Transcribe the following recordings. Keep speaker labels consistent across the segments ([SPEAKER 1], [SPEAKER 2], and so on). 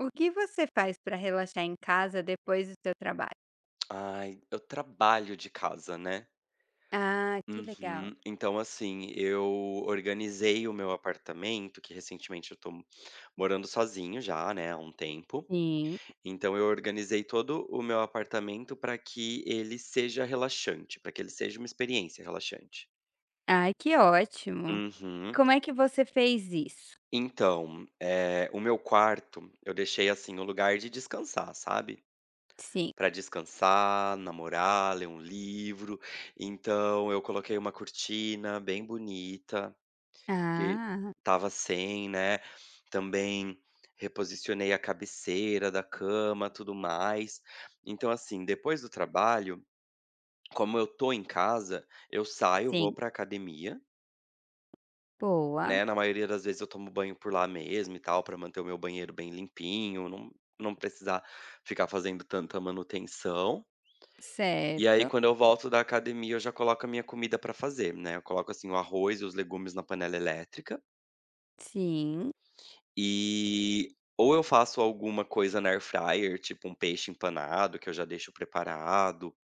[SPEAKER 1] O que você faz para relaxar em casa depois do seu trabalho?
[SPEAKER 2] Ai, eu trabalho de casa, né.
[SPEAKER 1] Ah, que legal.
[SPEAKER 2] Uhum. Então, assim, eu organizei o meu apartamento, que recentemente eu tô morando sozinho já, né, há um tempo.
[SPEAKER 1] Sim.
[SPEAKER 2] Então eu organizei todo o meu apartamento para que ele seja relaxante, para que ele seja uma experiência relaxante.
[SPEAKER 1] Ai, que ótimo.
[SPEAKER 2] Uhum.
[SPEAKER 1] Como é que você fez isso?
[SPEAKER 2] Então, o meu quarto, eu deixei, assim, o lugar de descansar, sabe.
[SPEAKER 1] Sim.
[SPEAKER 2] Pra descansar, namorar, ler um livro. Então eu coloquei uma cortina bem bonita, que
[SPEAKER 1] Ah,
[SPEAKER 2] tava sem, né. Também reposicionei a cabeceira da cama, tudo mais. Então, assim, depois do trabalho, como eu tô em casa, eu saio, vou
[SPEAKER 1] sim.
[SPEAKER 2] pra academia,
[SPEAKER 1] Boa.
[SPEAKER 2] né, na maioria das vezes eu tomo banho por lá mesmo e tal, pra manter o meu banheiro bem limpinho, não precisar ficar fazendo tanta manutenção. E aí
[SPEAKER 1] Certo.
[SPEAKER 2] quando eu volto da academia, eu já coloco a minha comida pra fazer, né, eu coloco, assim, o arroz e os legumes na panela elétrica,
[SPEAKER 1] Sim.
[SPEAKER 2] e ou eu faço alguma coisa na air fryer, tipo um peixe empanado que eu já deixo preparado,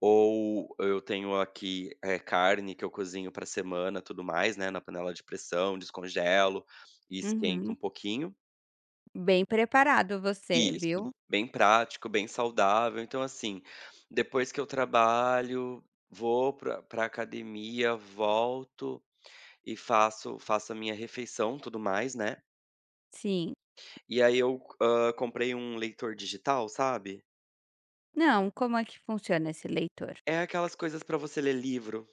[SPEAKER 2] ou eu tenho aqui, carne que eu cozinho pra semana, tudo mais, né, na panela de pressão, descongelo e esquento
[SPEAKER 1] Uhum.
[SPEAKER 2] um pouquinho.
[SPEAKER 1] Bem preparado você,
[SPEAKER 2] Isso,
[SPEAKER 1] viu?
[SPEAKER 2] bem prático, bem saudável. Então, assim, depois que eu trabalho, vou pra academia, volto e faço a minha refeição, tudo mais, né.
[SPEAKER 1] Sim.
[SPEAKER 2] E aí eu, comprei um leitor digital, sabe?
[SPEAKER 1] Não, como é que funciona esse leitor?
[SPEAKER 2] É aquelas coisas pra você ler livro,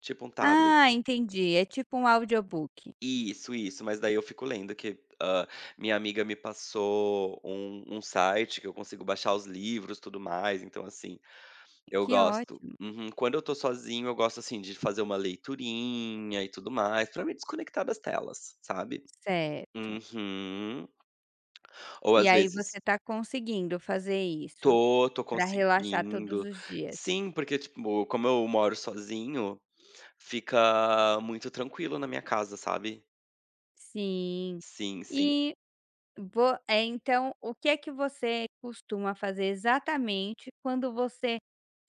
[SPEAKER 2] tipo um tablet.
[SPEAKER 1] Ah, entendi. É tipo um audiobook.
[SPEAKER 2] Isso, mas daí eu fico lendo que, minha amiga me passou um site que eu consigo baixar os livros, tudo mais, então assim eu
[SPEAKER 1] Que
[SPEAKER 2] gosto.
[SPEAKER 1] ótimo.
[SPEAKER 2] Uhum. Quando eu tô sozinho, eu gosto, assim, de fazer uma leiturinha e tudo mais, pra me desconectar das telas, sabe.
[SPEAKER 1] Certo.
[SPEAKER 2] Uhum. Ou
[SPEAKER 1] E
[SPEAKER 2] às
[SPEAKER 1] aí você
[SPEAKER 2] vezes
[SPEAKER 1] está conseguindo fazer isso?
[SPEAKER 2] tô
[SPEAKER 1] Para relaxar todos
[SPEAKER 2] conseguindo.
[SPEAKER 1] os dias.
[SPEAKER 2] Sim, porque, tipo, como eu moro sozinho, fica muito tranquilo na minha casa, sabe.
[SPEAKER 1] Sim.
[SPEAKER 2] Sim, sim.
[SPEAKER 1] E então o que é que você costuma fazer exatamente quando você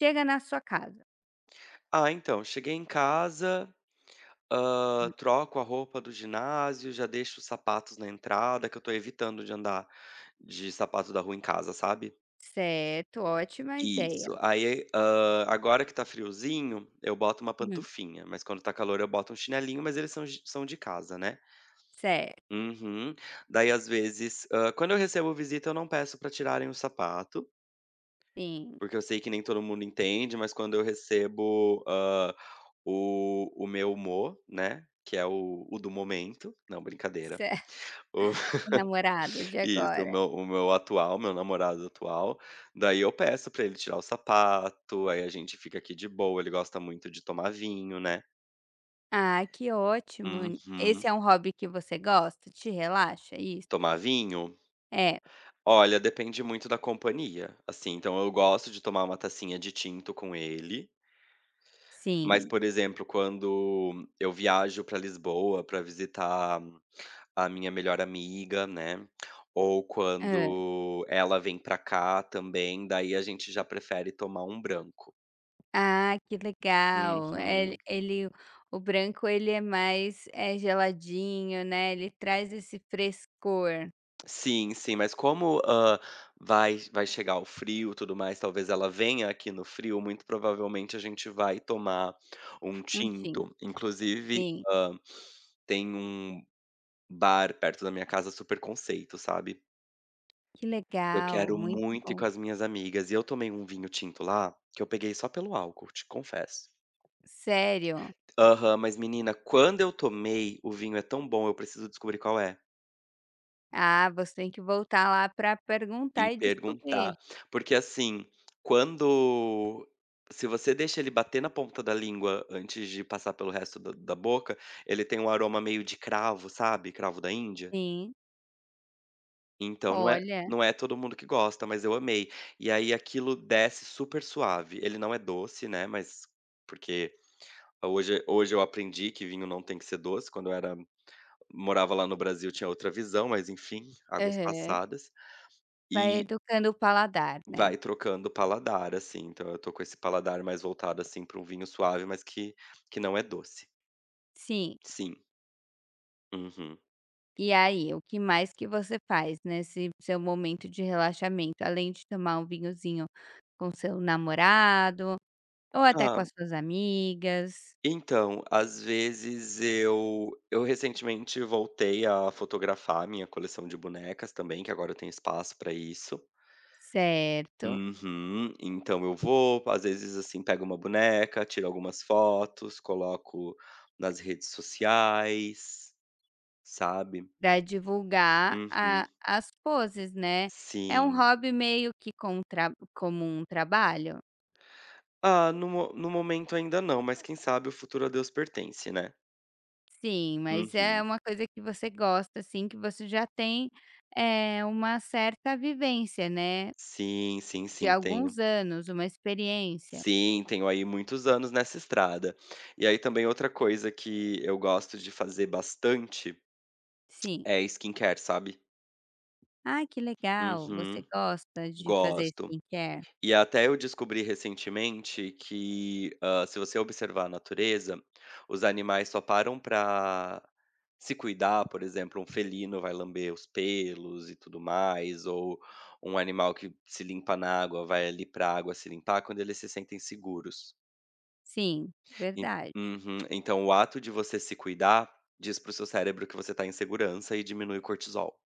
[SPEAKER 1] chega na sua casa?
[SPEAKER 2] Ah, então, cheguei em casa, troco a roupa do ginásio, já deixo os sapatos na entrada, que eu tô evitando de andar de sapato da rua em casa, sabe.
[SPEAKER 1] Certo, ótima ideia.
[SPEAKER 2] Isso. Aí, agora que tá friozinho, eu boto uma
[SPEAKER 1] Hum,
[SPEAKER 2] pantufinha, mas quando tá calor eu boto um chinelinho, mas eles são de casa, né.
[SPEAKER 1] certo,
[SPEAKER 2] Uhum. Daí às vezes quando eu recebo visita eu não peço pra tirarem o sapato,
[SPEAKER 1] sim,
[SPEAKER 2] porque eu sei que nem todo mundo entende, mas quando eu recebo, o meu humor, né, que é o do momento. Não, brincadeira.
[SPEAKER 1] certo. O namorado de
[SPEAKER 2] Isso, o
[SPEAKER 1] agora.
[SPEAKER 2] meu o meu atual, meu namorado atual, daí eu peço pra ele tirar o sapato, aí a gente fica aqui de boa, ele gosta muito de tomar vinho, né.
[SPEAKER 1] Ah, que ótimo.
[SPEAKER 2] Uhum.
[SPEAKER 1] Esse é um hobby que você gosta? Te relaxa isso?
[SPEAKER 2] Tomar vinho?
[SPEAKER 1] É,
[SPEAKER 2] Olha, depende muito da companhia, assim, então eu gosto de tomar uma tacinha de tinto com ele, mas,
[SPEAKER 1] sim.
[SPEAKER 2] por exemplo, quando eu viajo pra Lisboa pra visitar a minha melhor amiga, né, ou quando ela vem pra cá também, daí a gente já prefere tomar um branco.
[SPEAKER 1] Ah, que legal. Ele
[SPEAKER 2] Uhum.
[SPEAKER 1] ele o branco, ele é mais, é geladinho, né, ele traz esse frescor,
[SPEAKER 2] Sim, sim, mas como, vai chegar o frio, e tudo mais, talvez ela venha aqui no frio, muito provavelmente a gente vai tomar um
[SPEAKER 1] um tim
[SPEAKER 2] tinto. Inclusive,
[SPEAKER 1] sim.
[SPEAKER 2] hã, tem um bar perto da minha casa super conceito, sabe.
[SPEAKER 1] Que
[SPEAKER 2] Eu
[SPEAKER 1] legal,
[SPEAKER 2] quero
[SPEAKER 1] muito
[SPEAKER 2] muito ir
[SPEAKER 1] bom.
[SPEAKER 2] com as minhas amigas, e eu tomei um vinho tinto lá, que eu peguei só pelo álcool, te confesso.
[SPEAKER 1] Sério?
[SPEAKER 2] Aham, mas menina, quando eu tomei, o vinho é tão bom, eu preciso descobrir qual é.
[SPEAKER 1] Ah, você tem que voltar lá para
[SPEAKER 2] E
[SPEAKER 1] perguntar e descobrir.
[SPEAKER 2] perguntar, porque assim, quando se você deixa ele bater na ponta da língua antes de passar pelo resto da boca, ele tem um aroma meio de cravo, sabe, cravo da Índia?
[SPEAKER 1] Sim,
[SPEAKER 2] Então não é
[SPEAKER 1] olha
[SPEAKER 2] não é todo mundo que gosta, mas eu amei. E aí aquilo desce super suave, ele não é doce, né, mas porque hoje eu aprendi que vinho não tem que ser doce, quando eu era morava lá no Brasil tinha outra visão, mas enfim, águas
[SPEAKER 1] aham.
[SPEAKER 2] passadas.
[SPEAKER 1] Vai
[SPEAKER 2] E
[SPEAKER 1] educando o paladar, né.
[SPEAKER 2] vai trocando o paladar, assim, então eu tô com esse paladar mais voltado, assim, pra um vinho suave, mas que não é doce.
[SPEAKER 1] Sim,
[SPEAKER 2] Sim. Uhum.
[SPEAKER 1] e aí, o que mais que você faz nesse seu momento de relaxamento, além de tomar um vinhozinho com seu namorado ou até com
[SPEAKER 2] Ah,
[SPEAKER 1] as suas amigas,
[SPEAKER 2] então, às vezes eu recentemente voltei a fotografar minha coleção de bonecas também, que agora eu tenho espaço pra isso.
[SPEAKER 1] certo.
[SPEAKER 2] Uhum. Então eu vou, às vezes, assim, pego uma boneca, tiro algumas fotos, coloco nas redes sociais, sabe.
[SPEAKER 1] Para divulgar
[SPEAKER 2] Uhum.
[SPEAKER 1] a as poses, né. É um
[SPEAKER 2] Sim.
[SPEAKER 1] hobby meio que com um tra como um trabalho?
[SPEAKER 2] Ah, no mo no momento ainda não, mas quem sabe o futuro a Deus pertence, né.
[SPEAKER 1] Sim, mas é
[SPEAKER 2] Uhum.
[SPEAKER 1] uma coisa que você gosta, assim, que você já tem, uma certa vivência, né,
[SPEAKER 2] Sim, sim,
[SPEAKER 1] de
[SPEAKER 2] sim,
[SPEAKER 1] alguns
[SPEAKER 2] tenho.
[SPEAKER 1] anos, uma experiência.
[SPEAKER 2] Sim, tenho aí muitos anos nessa estrada. E aí também outra coisa que eu gosto de fazer bastante
[SPEAKER 1] Sim.
[SPEAKER 2] é skincare, sabe.
[SPEAKER 1] Ah, que legal, você
[SPEAKER 2] Uhum,
[SPEAKER 1] gosta de fazer
[SPEAKER 2] gosto.
[SPEAKER 1] skincare?
[SPEAKER 2] E até eu descobri recentemente que, se você observar a natureza, os animais só param para se cuidar, por exemplo, um felino vai lamber os pelos e tudo mais, ou um animal que se limpa na água vai ali para a água se limpar quando eles se sentem seguros.
[SPEAKER 1] Sim,
[SPEAKER 2] En
[SPEAKER 1] verdade.
[SPEAKER 2] Uhum. Então o ato de você se cuidar diz para o seu cérebro que você está em segurança e diminui o cortisol.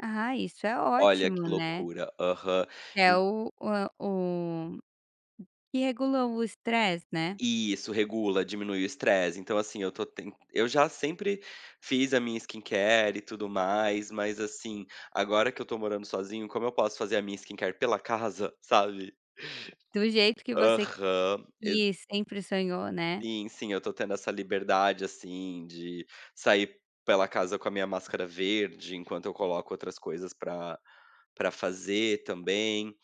[SPEAKER 1] Ah, isso é
[SPEAKER 2] Olha que
[SPEAKER 1] ótimo, né.
[SPEAKER 2] loucura. Aham.
[SPEAKER 1] É o que regula o estresse, né,
[SPEAKER 2] E isso, regula, diminui o estresse. Então, assim, eu tô ten eu já sempre fiz a minha skincare e tudo mais, mas, assim, agora que eu tô morando sozinho, como eu posso fazer a minha skincare pela casa, sabe?
[SPEAKER 1] do jeito que você
[SPEAKER 2] Aham. E
[SPEAKER 1] quis, sempre sonhou, né,
[SPEAKER 2] sim, sim, eu tô tendo essa liberdade, assim, de sair pela casa com a minha máscara verde, enquanto eu coloco outras coisas pra fazer também.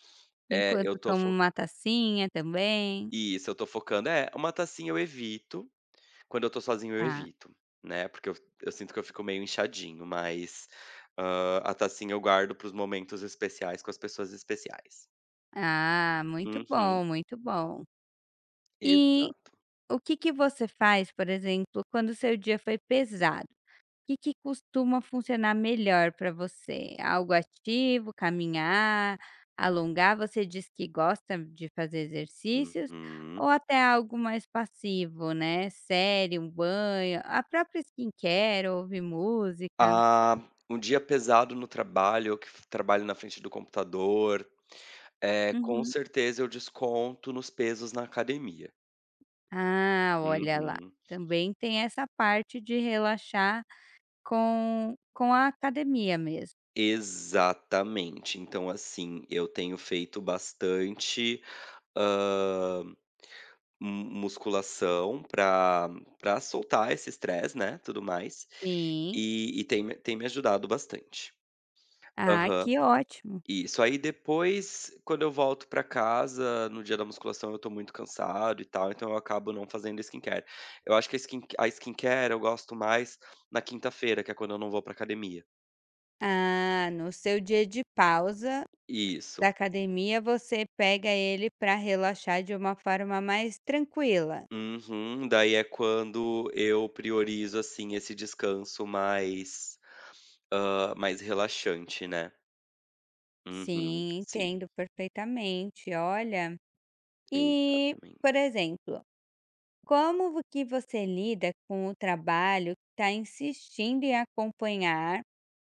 [SPEAKER 2] É, eu
[SPEAKER 1] enquanto
[SPEAKER 2] tô
[SPEAKER 1] toma
[SPEAKER 2] fo
[SPEAKER 1] uma tacinha também,
[SPEAKER 2] isso, eu tô focando é, uma tacinha eu evito. Quando eu tô sozinho eu
[SPEAKER 1] tá.
[SPEAKER 2] evito, né, porque eu sinto que eu fico meio inchadinho, mas, a tacinha eu guardo para os momentos especiais com as pessoas especiais.
[SPEAKER 1] Ah, muito
[SPEAKER 2] Uhum,
[SPEAKER 1] bom, muito bom. E
[SPEAKER 2] exato.
[SPEAKER 1] o que que você faz, por exemplo, quando o seu dia foi pesado? Que costuma funcionar melhor para você? Algo ativo, caminhar, alongar? Você diz que gosta de fazer exercícios
[SPEAKER 2] Uhum.
[SPEAKER 1] ou até algo mais passivo, né, série, um banho, a própria skincare, ouvir música?
[SPEAKER 2] Ah, um dia pesado no trabalho, eu que f trabalho na frente do computador, é com
[SPEAKER 1] Uhum.
[SPEAKER 2] certeza eu desconto nos pesos na academia.
[SPEAKER 1] Ah, olha lá,
[SPEAKER 2] Uhum.
[SPEAKER 1] também tem essa parte de relaxar com a academia mesmo.
[SPEAKER 2] Exatamente. Então, assim, eu tenho feito bastante Hã, mu musculação para soltar esse estresse, né, tudo mais.
[SPEAKER 1] Sim.
[SPEAKER 2] E tem me ajudado bastante.
[SPEAKER 1] Ah,
[SPEAKER 2] Aham.
[SPEAKER 1] que ótimo.
[SPEAKER 2] Isso. Aí depois, quando eu volto pra casa, no dia da musculação eu tô muito cansado e tal, então eu acabo não fazendo skincare. Eu acho que a skincare eu gosto mais na quinta-feira, que é quando eu não vou pra academia.
[SPEAKER 1] Ah, no seu dia de pausa da
[SPEAKER 2] Isso.
[SPEAKER 1] academia, você pega ele para relaxar de uma forma mais tranquila.
[SPEAKER 2] Uhum. Daí é quando eu priorizo, assim, esse descanso mais, mais relaxante, né. Uhum.
[SPEAKER 1] Sim,
[SPEAKER 2] Sim,
[SPEAKER 1] entendo perfeitamente, olha. E, por
[SPEAKER 2] exatamente.
[SPEAKER 1] exemplo, como vo que você lida com o trabalho que tá insistindo em acompanhar,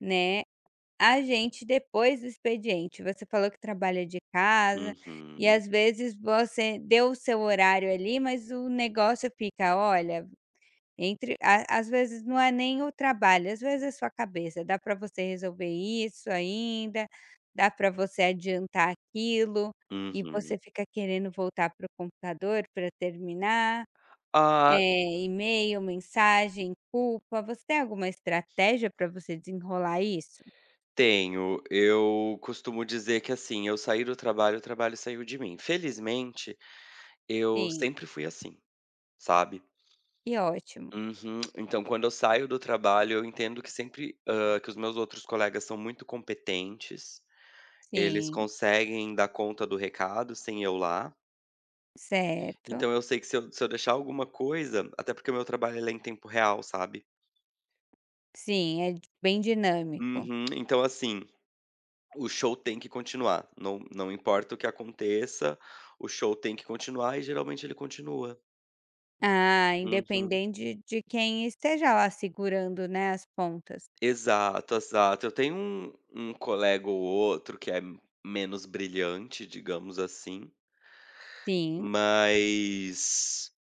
[SPEAKER 1] né, a gente depois do expediente? Você falou que trabalha de casa e,
[SPEAKER 2] Uhum,
[SPEAKER 1] às vezes, você deu o seu horário ali, mas o negócio fica: "Olha, entre a", às vezes não é nem o trabalho, às vezes é sua cabeça, dá para você resolver isso ainda, dá para você adiantar aquilo, e
[SPEAKER 2] uhum.
[SPEAKER 1] você fica querendo voltar para o computador para terminar,
[SPEAKER 2] Ah,
[SPEAKER 1] e-mail, mensagem, culpa. Você tem alguma estratégia para você desenrolar isso?
[SPEAKER 2] tenho. Eu costumo dizer que, assim, eu saí do trabalho, o trabalho saiu de mim. Felizmente, eu
[SPEAKER 1] Sim,
[SPEAKER 2] sempre fui assim, sabe.
[SPEAKER 1] que ótimo.
[SPEAKER 2] Uhum. Então quando eu saio do trabalho, eu entendo que sempre que os meus outros colegas são muito competentes. Eles
[SPEAKER 1] Sim,
[SPEAKER 2] conseguem dar conta do recado sem eu lá,
[SPEAKER 1] certo.
[SPEAKER 2] então eu sei que se eu deixar alguma coisa até porque o meu trabalho ele é em tempo real, sabe.
[SPEAKER 1] Sim, é di- bem dinâmico.
[SPEAKER 2] Uhum. Então assim, o show tem que continuar, não importa o que aconteça, o show tem que continuar e geralmente ele continua.
[SPEAKER 1] Ah,
[SPEAKER 2] Uhum.
[SPEAKER 1] independente de quem esteja lá segurando, né, as pontas.
[SPEAKER 2] Exato, exato. Eu tenho um colega ou outro que é menos brilhante, digamos assim,
[SPEAKER 1] Sim.
[SPEAKER 2] mas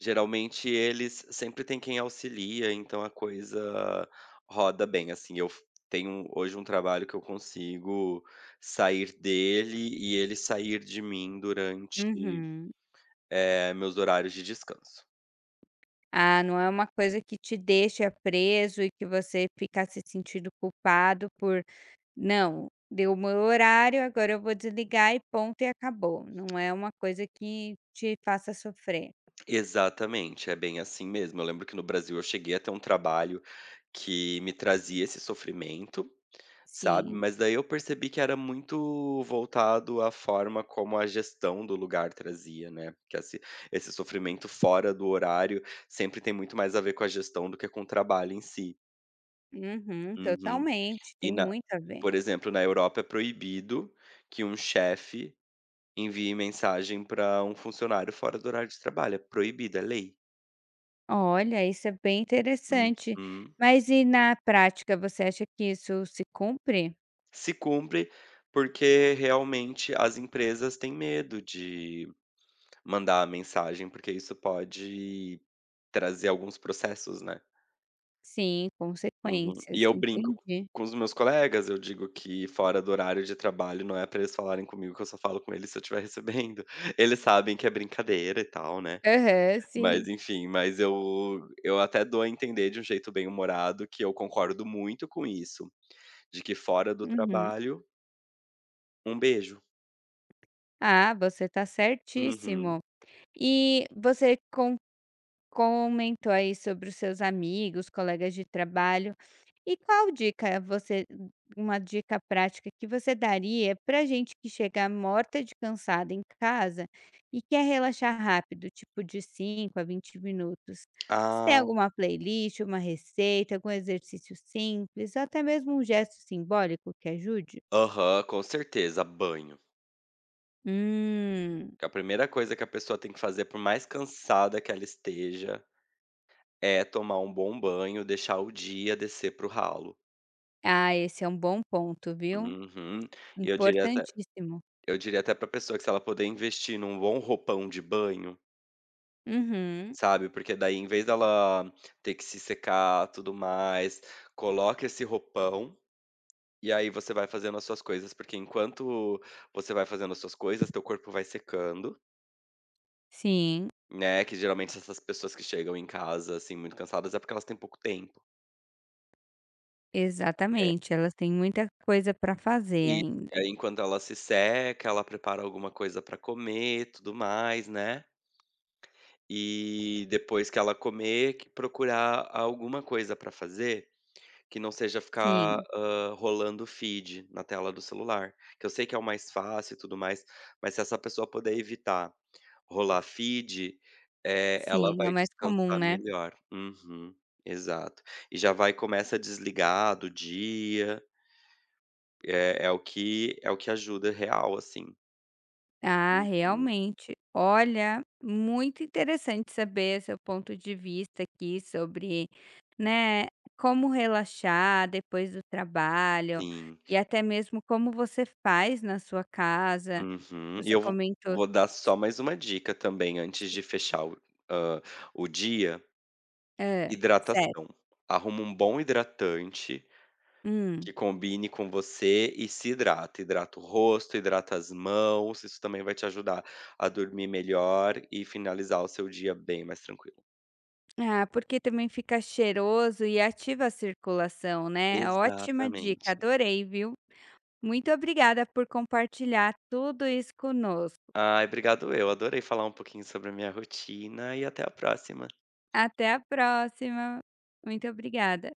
[SPEAKER 2] geralmente eles sempre tem quem auxilia, então a coisa roda bem, assim, eu f tenho hoje um trabalho que eu consigo sair dele e ele sair de mim durante,
[SPEAKER 1] Uhum.
[SPEAKER 2] meus horários de descanso.
[SPEAKER 1] Ah, não é uma coisa que te deixa preso e que você fica se sentindo culpado por: "Não, deu o meu horário, agora eu vou desligar e ponto e acabou". Não é uma coisa que te faça sofrer.
[SPEAKER 2] Exatamente, é bem assim mesmo. Eu lembro que no Brasil eu cheguei a ter um trabalho que me trazia esse sofrimento. Sabe,
[SPEAKER 1] Sim.
[SPEAKER 2] mas daí eu percebi que era muito voltado à forma como a gestão do lugar trazia, né, que esse sofrimento fora do horário sempre tem muito mais a ver com a gestão do que com o trabalho em si.
[SPEAKER 1] Uhum,
[SPEAKER 2] Uhum.
[SPEAKER 1] totalmente,
[SPEAKER 2] E
[SPEAKER 1] tem
[SPEAKER 2] na
[SPEAKER 1] muito a ver.
[SPEAKER 2] por exemplo, na Europa é proibido que um chefe envie mensagem para um funcionário fora do horário de trabalho, é proibido, é lei.
[SPEAKER 1] Olha, isso é bem interessante.
[SPEAKER 2] Uhum.
[SPEAKER 1] Mas e na prática, você acha que isso se cumpre?
[SPEAKER 2] Se cumpre, porque realmente as empresas têm medo de mandar a mensagem, porque isso pode trazer alguns processos, né.
[SPEAKER 1] Sim,
[SPEAKER 2] Uhum. E
[SPEAKER 1] consequências,
[SPEAKER 2] eu brinco
[SPEAKER 1] entendi.
[SPEAKER 2] com os meus colegas, eu digo que fora do horário de trabalho não é pra eles falarem comigo, que eu só falo com eles se eu estiver recebendo. Eles sabem que é brincadeira e tal, né.
[SPEAKER 1] Aham, sim.
[SPEAKER 2] Mas enfim, mas eu até dou a entender de um jeito bem humorado que eu concordo muito com isso, de que fora do
[SPEAKER 1] Uhum.
[SPEAKER 2] trabalho, um beijo.
[SPEAKER 1] Ah, você está certíssimo.
[SPEAKER 2] Uhum.
[SPEAKER 1] E você com comentou aí sobre os seus amigos, colegas de trabalho. E qual dica você uma dica prática que você daria para gente que chega morta de cansada em casa e quer relaxar rápido, tipo de 5 a 20 minutos? Você tem
[SPEAKER 2] Ah.
[SPEAKER 1] alguma playlist, uma receita, algum exercício simples, ou até mesmo um gesto simbólico que ajude?
[SPEAKER 2] Aham, com certeza, banho.
[SPEAKER 1] Hum,
[SPEAKER 2] Que a primeira coisa que a pessoa tem que fazer, por mais cansada que ela esteja, é tomar um bom banho, deixar o dia descer pro ralo.
[SPEAKER 1] ah, esse é um bom ponto, viu?
[SPEAKER 2] Uhum. E eu diria até
[SPEAKER 1] Importantíssimo.
[SPEAKER 2] eu diria até pra pessoa que se ela puder investir num bom roupão de banho,
[SPEAKER 1] Uhum.
[SPEAKER 2] sabe, porque daí em vez dela ter que se secar, tudo mais, coloca esse roupão, e aí você vai fazendo as suas coisas, porque enquanto você vai fazendo as suas coisas, teu corpo vai secando,
[SPEAKER 1] Sim,
[SPEAKER 2] né, que geralmente essas pessoas que chegam em casa, assim, muito cansadas, é porque elas têm pouco tempo. É.
[SPEAKER 1] exatamente. Elas têm muita coisa para fazer
[SPEAKER 2] E
[SPEAKER 1] ainda.
[SPEAKER 2] aí enquanto ela se seca, ela prepara alguma coisa pra comer, tudo mais, né. E depois que ela comer, que procurar alguma coisa pra fazer, que não seja ficar,
[SPEAKER 1] Sim,
[SPEAKER 2] rolando o feed na tela do celular, que eu sei que é o mais fácil e tudo mais, mas se essa pessoa puder evitar rolar feed, ela
[SPEAKER 1] sim, é o
[SPEAKER 2] vai
[SPEAKER 1] mais comum,
[SPEAKER 2] descansar
[SPEAKER 1] né.
[SPEAKER 2] melhor. Uhum, exato. E já vai começa a desligar do dia, é é o que ajuda real, assim.
[SPEAKER 1] Ah,
[SPEAKER 2] Uhum,
[SPEAKER 1] realmente. Olha, muito interessante saber seu ponto de vista aqui sobre, né, como relaxar depois do trabalho
[SPEAKER 2] sim.
[SPEAKER 1] e até mesmo como você faz na sua casa.
[SPEAKER 2] Uhum. E
[SPEAKER 1] Você
[SPEAKER 2] eu vou
[SPEAKER 1] comentou
[SPEAKER 2] vou dar só mais uma dica também antes de fechar hã, o dia,
[SPEAKER 1] hã,
[SPEAKER 2] hidratação.
[SPEAKER 1] certo.
[SPEAKER 2] Arruma um bom hidratante
[SPEAKER 1] Hum.
[SPEAKER 2] que combine com você e se hidrata. Hidrata o rosto, hidrata as mãos, isso também vai te ajudar a dormir melhor e finalizar o seu dia bem mais tranquilo.
[SPEAKER 1] Ah, porque também fica cheiroso e ativa a circulação, né. Ótima dica,
[SPEAKER 2] Exatamente.
[SPEAKER 1] adorei, viu. Muito obrigada por compartilhar tudo isso conosco.
[SPEAKER 2] Ai, obrigado eu, adorei falar um pouquinho sobre a minha rotina e até a próxima.
[SPEAKER 1] Até a próxima. Muito obrigada.